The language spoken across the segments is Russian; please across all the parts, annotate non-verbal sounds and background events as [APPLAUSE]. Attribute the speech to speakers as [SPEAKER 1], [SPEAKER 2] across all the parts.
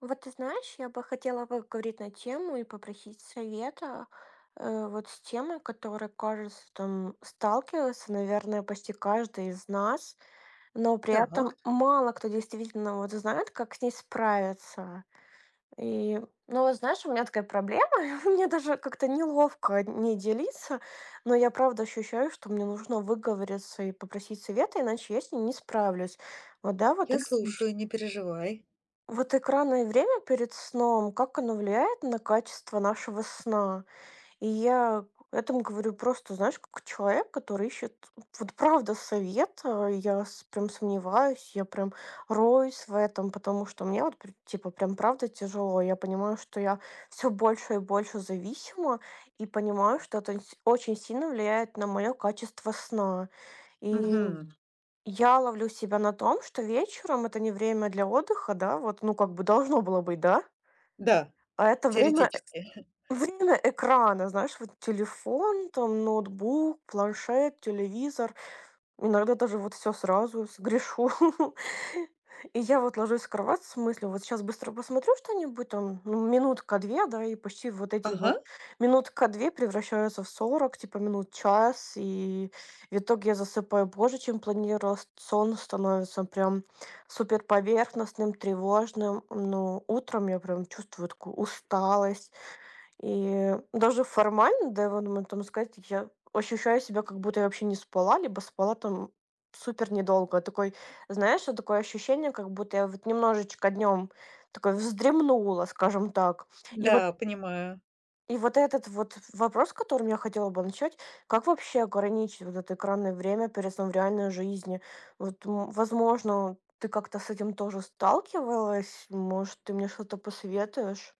[SPEAKER 1] Вот ты знаешь, я бы хотела поговорить на тему и попросить совета. Вот с темой, которая, кажется, там сталкивается, наверное, почти каждый из нас, но при этом
[SPEAKER 2] Так,
[SPEAKER 1] мало кто действительно вот знает, как с ней справиться. И, ну, вот знаешь, у меня такая проблема, [LAUGHS] мне даже как-то неловко не делиться, но я правда ощущаю, что мне нужно выговориться и попросить совета, иначе я с ней не справлюсь. Вот, да, вот.
[SPEAKER 2] я слушаю, не переживай.
[SPEAKER 1] Вот экранное время перед сном, как оно влияет на качество нашего сна? И я к этому говорю просто, знаешь, как человек, который ищет, вот правда, совет. Я прям сомневаюсь, я прям роюсь в этом, потому что мне вот, типа, прям правда тяжело. Я понимаю, что я все больше и больше зависима, и понимаю, что это очень сильно влияет на мое качество сна. И
[SPEAKER 2] Мгм.
[SPEAKER 1] Мгм. Я ловлю себя на том, что вечером — это не время для отдыха, да, вот, ну, как бы должно было быть, да?
[SPEAKER 2] Да,
[SPEAKER 1] А это время
[SPEAKER 2] теоретически.
[SPEAKER 1] [LAUGHS] время экрана, знаешь, вот телефон, там, ноутбук, планшет, телевизор. Иногда даже вот все сразу сгрешу. [LAUGHS] И я вот ложусь в кровать с мыслью: вот сейчас быстро посмотрю что-нибудь там, ну, минутка-две, да, и почти вот эти вот
[SPEAKER 2] Ага,
[SPEAKER 1] минутка-две превращаются в 40 типа, минут, час, и в итоге я засыпаю позже, чем планировала. С Сон становится прям супер поверхностным, тревожным. Но утром я прям чувствую такую усталость. И даже формально, да, вот можно там сказать, я ощущаю себя, как будто я вообще не спала, либо спала там супер недолго. Такой, знаешь, вот такое ощущение, как будто я вот немножечко днем такой вздремнула, скажем так. И вот
[SPEAKER 2] да, понимаю.
[SPEAKER 1] и вот этот вот вопрос, которым я хотела бы начать, как вообще ограничить вот это экранное время перед сном в реальной жизни? Вот, м, возможно, ты как-то с этим тоже сталкивалась, может, ты мне что-то посоветуешь?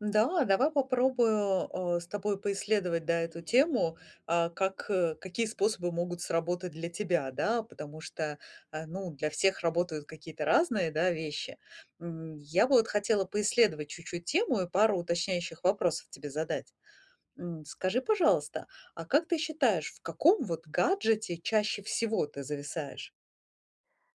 [SPEAKER 2] Да, давай попробую, с тобой поисследовать, да, эту тему, а, как, какие способы могут сработать для тебя, да, потому что, а, ну, для всех работают какие-то разные, да, вещи. Я бы вот хотела поисследовать чуть-чуть тему и пару уточняющих вопросов тебе задать. Скажи, пожалуйста, а как ты считаешь, в каком вот гаджете чаще всего ты зависаешь?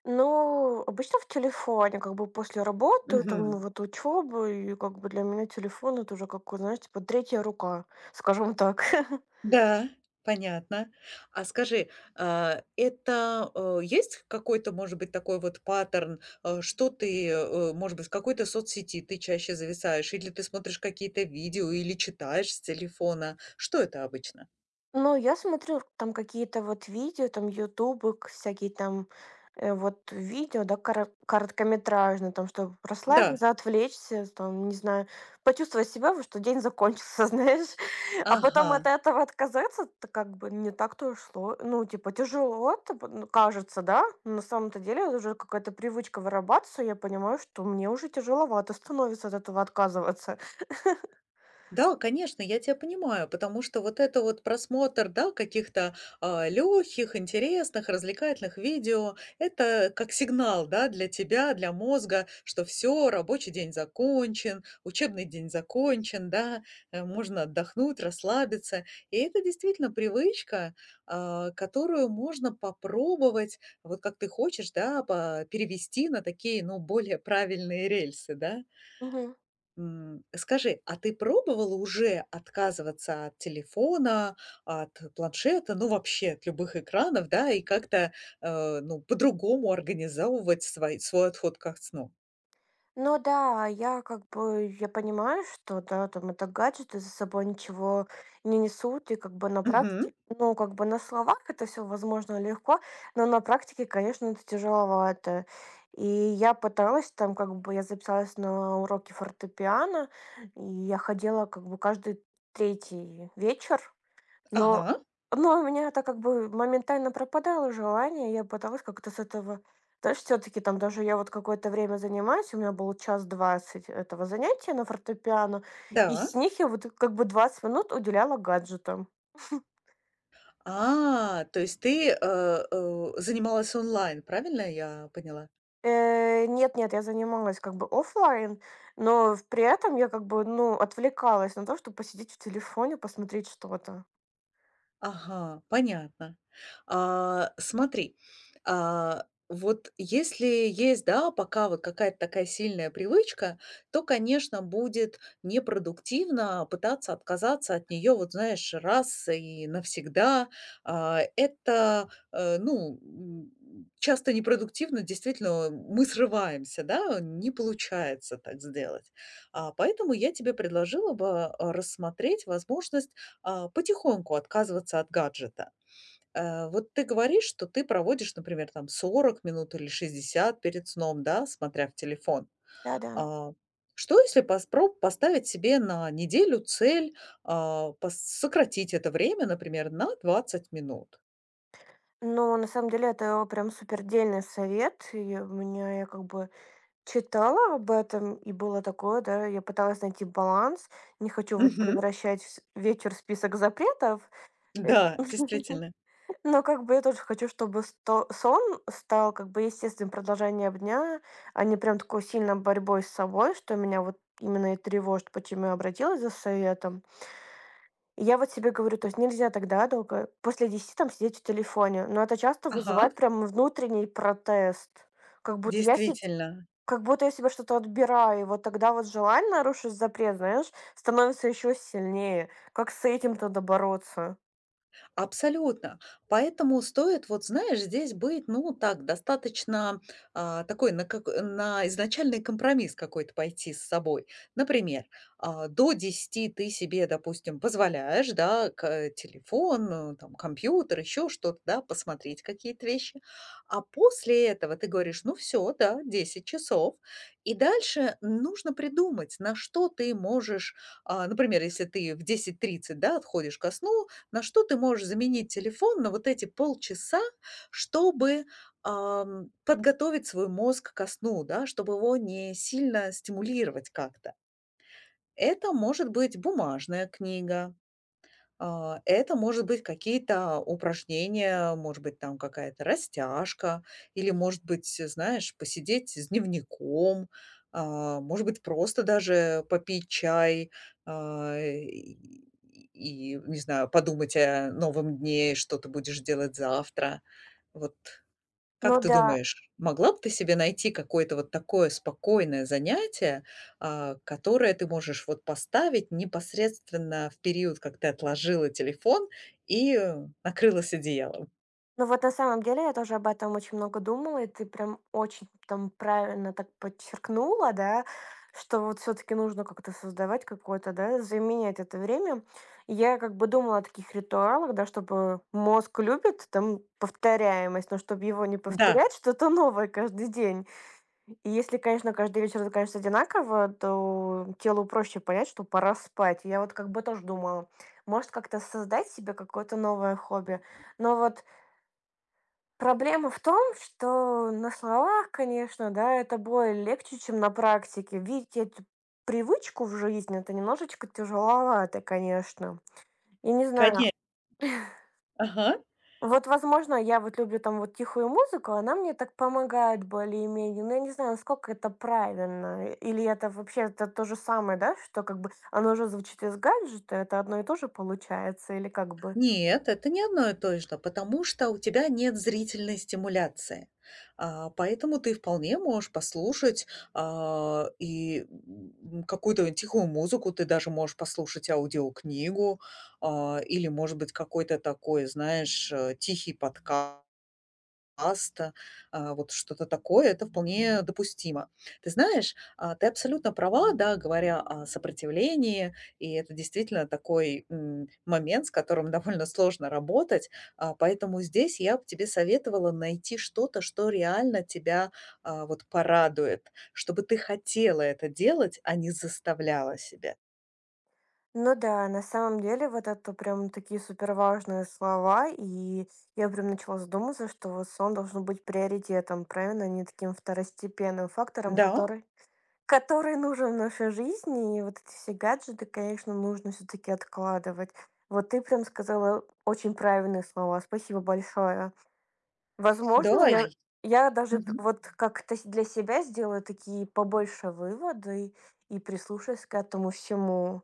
[SPEAKER 1] Ну, обычно в телефоне, как бы после работы, Ага. там ну,
[SPEAKER 2] Мгм.
[SPEAKER 1] вот учебы, и как бы для меня телефон — это уже как, вот, знаешь, типа третья рука, скажем так. [LAUGHS]
[SPEAKER 2] Да, понятно. А скажи, а, это, есть какой-то, может быть, такой вот паттерн, что ты, может быть, в какой-то соцсети ты чаще зависаешь, или ты смотришь какие-то видео, или читаешь с телефона? Что это обычно?
[SPEAKER 1] Ну, я смотрю там какие-то вот видео, там "Ютубы", к всякие там, вот видео, да, кара короткометражные, там, чтобы
[SPEAKER 2] Да,
[SPEAKER 1] расслабиться, отвлечься, там, не знаю, почувствовать себя, вот что день закончился, [LAUGHS] знаешь. А потом
[SPEAKER 2] ага.
[SPEAKER 1] от этого отказаться-то как бы не так-то ушло, ну, типа тяжело, это п ну, кажется, да. Но на самом-то деле уже какая-то привычка вырабатывается, я понимаю, что мне уже тяжеловато становится от этого отказываться.
[SPEAKER 2] Да, конечно, я тебя понимаю, потому что вот это вот просмотр, да, каких-то легких, интересных, развлекательных видео, это как сигнал, да, для тебя, для мозга, что все, рабочий день закончен, учебный день закончен, да, можно отдохнуть, расслабиться. И это действительно привычка, а, которую можно попробовать, вот как ты хочешь, да, перевести на такие, ну, более правильные рельсы, да.
[SPEAKER 1] [LAUGHS]
[SPEAKER 2] Скажи, а ты пробовала уже отказываться от телефона, от планшета, ну, вообще от любых экранов, да, и как-то, ну, по-другому организовывать свой отход ко сну?
[SPEAKER 1] Ну да, я как бы, я понимаю, что, да, там это гаджеты за собой ничего не несут, и как бы на
[SPEAKER 2] Мгм.
[SPEAKER 1] практике, ну, как бы на словах это все возможно легко, но на практике, конечно, это тяжеловато. И я пыталась там, как бы, я записалась на уроки фортепиано, и я ходила как бы каждый третий вечер, но
[SPEAKER 2] Ага.
[SPEAKER 1] у меня это как бы моментально пропадало желание, я пыталась как-то с этого. Знаешь, все таки там даже я вот какое-то время занимаюсь, у меня было 1:20 этого занятия на фортепиано, и
[SPEAKER 2] Да.
[SPEAKER 1] с них я вот как бы 20 минут уделяла гаджетам.
[SPEAKER 2] А, то есть ты, занималась онлайн, правильно я поняла?
[SPEAKER 1] Э, нет, я занималась как бы оффлайн, но в при этом я как бы, ну, отвлекалась на то, чтобы посидеть в телефоне, посмотреть что-то.
[SPEAKER 2] Ага, понятно. А, смотри, а, вот если есть, да, пока вот какая-то такая сильная привычка, то, конечно, будет непродуктивно пытаться отказаться от нее, вот знаешь, раз и навсегда. А, это, ну, часто непродуктивно, действительно, мы срываемся, да, не получается так сделать. А, поэтому я тебе предложила бы а, рассмотреть возможность а, потихоньку отказываться от гаджета. Вот ты говоришь, что ты проводишь, например, там 40 минут или 60 перед сном, да, смотря в телефон.
[SPEAKER 1] Да-да.
[SPEAKER 2] А, что если поспро поставить себе на неделю цель, а, пос сократить это время, например, на 20 минут?
[SPEAKER 1] Но на самом деле, это прям супердельный совет. И у меня я как бы читала об этом, и было такое, да, я пыталась найти баланс. Не хочу вот
[SPEAKER 2] Мгм.
[SPEAKER 1] превращать вечер в список запретов. Э,
[SPEAKER 2] Да,
[SPEAKER 1] [LAUGHS]
[SPEAKER 2] действительно.
[SPEAKER 1] Но как бы я тоже хочу, чтобы сон стал как бы естественным продолжением дня, а не прям такой сильно борьбой с собой, что меня вот именно и тревожит, почему я обратилась за советом. Я вот себе говорю, то есть нельзя тогда долго после 10 там сидеть в телефоне, но это часто
[SPEAKER 2] Ага,
[SPEAKER 1] вызывает прям внутренний протест. Как будто я се
[SPEAKER 2] действительно.
[SPEAKER 1] как будто я себе что-то отбираю, и вот тогда вот желание нарушить запрет, знаешь, становится еще сильнее. Как с этим-то бороться?
[SPEAKER 2] Абсолютно. Поэтому стоит, вот знаешь, здесь быть, ну, так, достаточно а, такой на изначальный компромисс какой-то пойти с собой. Например, а, до десяти ты себе, допустим, позволяешь, да, телефон, там, компьютер, еще что-то, да, посмотреть какие-то вещи. А после этого ты говоришь, ну, все, да, 10 часов. И дальше нужно придумать, на что ты можешь, а, например, если ты в 10:30, да, отходишь ко сну, на что ты можешь заменить телефон на вот эти полчаса, чтобы, подготовить свой мозг ко сну, да, чтобы его не сильно стимулировать как-то? Это может быть бумажная книга, а, это может быть какие-то упражнения, может быть, там какая-то растяжка, или, может быть, знаешь, посидеть с дневником, а, может быть, просто даже попить чай а, и, не знаю, подумать о новом дне, что ты будешь делать завтра. Вот
[SPEAKER 1] Ну
[SPEAKER 2] как ты
[SPEAKER 1] да.
[SPEAKER 2] думаешь, могла бы ты себе найти какое-то вот такое спокойное занятие, а, которое ты можешь вот поставить непосредственно в период, как ты отложила телефон и накрылась одеялом?
[SPEAKER 1] Ну вот на самом деле я тоже об этом очень много думала, и ты прям очень там правильно так подчеркнула, да, что вот все-таки нужно как-то создавать какое-то, да, заменять это время. Я как бы думала о таких ритуалах, да, чтобы мозг любит там повторяемость, но чтобы его не
[SPEAKER 2] Да,
[SPEAKER 1] повторять, что-то новое каждый день. И если, конечно, каждый вечер это, конечно, одинаково, то телу проще понять, что пора спать. Я вот как бы тоже думала, может как-то создать себе какое-то новое хобби. Но вот проблема в том, что на словах, конечно, да, это более легче, чем на практике. Видеть эту привычку в жизни — это немножечко тяжеловато, конечно. Я не знаю,
[SPEAKER 2] конечно. Ага.
[SPEAKER 1] вот, возможно, я вот люблю там вот тихую музыку, она мне так помогает более-менее, но я не знаю, насколько это правильно. Или это вообще это то же самое, да, что как бы оно же звучит из гаджета, это одно и то же получается, или как бы.
[SPEAKER 2] Нет, это не одно и то же, потому что у тебя нет зрительной стимуляции. А, поэтому ты вполне можешь послушать, а, какую-то тихую музыку, ты даже можешь послушать аудиокнигу, а, или, может быть, какой-то такой, знаешь, тихий подкаст. Паста, а, вот что-то такое — это вполне допустимо. Ты знаешь, а, ты абсолютно права, да, говоря о сопротивлении, и это действительно такой, момент, с которым [LAUGHS] довольно сложно работать. А, поэтому здесь я бы тебе советовала найти что-то, что реально тебя, а, вот порадует, чтобы ты хотела это делать, а не заставляла себя.
[SPEAKER 1] Ну да, на самом деле вот это прям такие суперважные слова, и я прям начала задумываться, что вот сон должен быть приоритетом, правильно, а не таким второстепенным фактором,
[SPEAKER 2] Да,
[SPEAKER 1] который нужен в нашей жизни, и вот эти все гаджеты, конечно, нужно все-таки откладывать. Вот ты прям сказала очень правильные слова, спасибо большое. Возможно,
[SPEAKER 2] да, и
[SPEAKER 1] я даже
[SPEAKER 2] мгм.
[SPEAKER 1] вот как-то для себя сделаю такие побольше выводы и прислушаюсь к этому всему.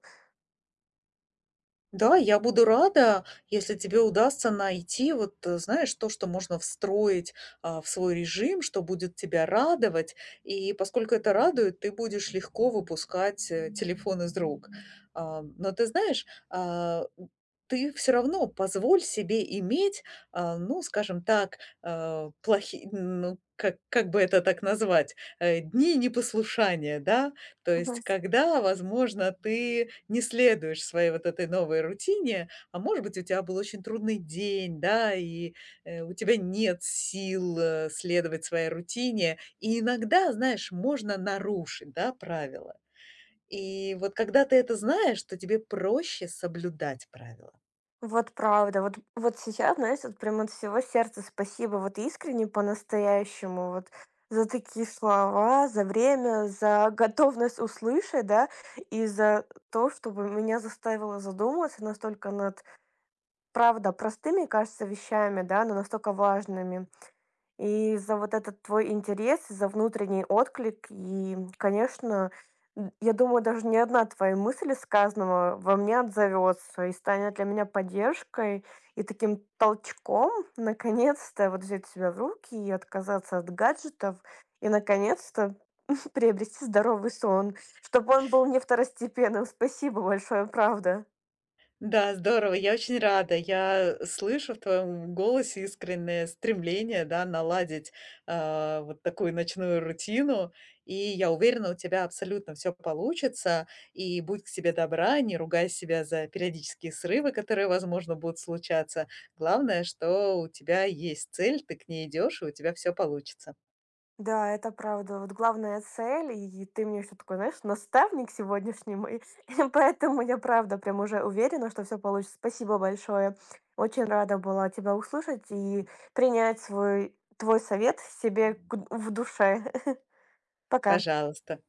[SPEAKER 2] Да, я буду рада, если тебе удастся найти вот, знаешь, то, что можно встроить, а, в свой режим, что будет тебя радовать. И поскольку это радует, ты будешь легко выпускать, телефон из рук. А, но ты знаешь, а, ты все равно позволь себе иметь, а, ну, скажем так, а, плохи ну, как бы это так назвать, дни непослушания, да? То
[SPEAKER 1] Мгм.
[SPEAKER 2] есть, когда, возможно, ты не следуешь своей вот этой новой рутине, а может быть, у тебя был очень трудный день, да, и у тебя нет сил следовать своей рутине, и иногда, знаешь, можно нарушить, да, правила. И вот когда ты это знаешь, то тебе проще соблюдать правила.
[SPEAKER 1] Вот правда. Вот сейчас, знаешь, вот прям от всего сердца спасибо, вот искренне, по-настоящему, вот за такие слова, за время, за готовность услышать, да, и за то, чтобы меня заставило задуматься настолько над, правда, простыми, кажется, вещами, да, но настолько важными. И за вот этот твой интерес, за внутренний отклик. И, конечно, я думаю, даже ни одна твоя мысль из сказанного во мне отзовется и станет для меня поддержкой и таким толчком, наконец-то, вот взять себя в руки и отказаться от гаджетов, и, наконец-то, [LAUGHS] приобрести здоровый сон, чтобы он был не второстепенным. Спасибо большое, правда.
[SPEAKER 2] Да, здорово, я очень рада. Я слышу в твоем голосе искреннее стремление, да, наладить, а, вот такую ночную рутину. И я уверена, у тебя абсолютно все получится. И будь к себе добра, не ругай себя за периодические срывы, которые, возможно, будут случаться. Главное, что у тебя есть цель, ты к ней идешь, и у тебя все получится.
[SPEAKER 1] Да, это правда. Вот главная цель, и ты мне еще такой, знаешь, наставник сегодняшний мой. [LAUGHS] И поэтому я правда прям уже уверена, что все получится. Спасибо большое. Очень рада была тебя услышать и принять свой твой совет себе в душе. [LAUGHS] Пока.
[SPEAKER 2] Пожалуйста.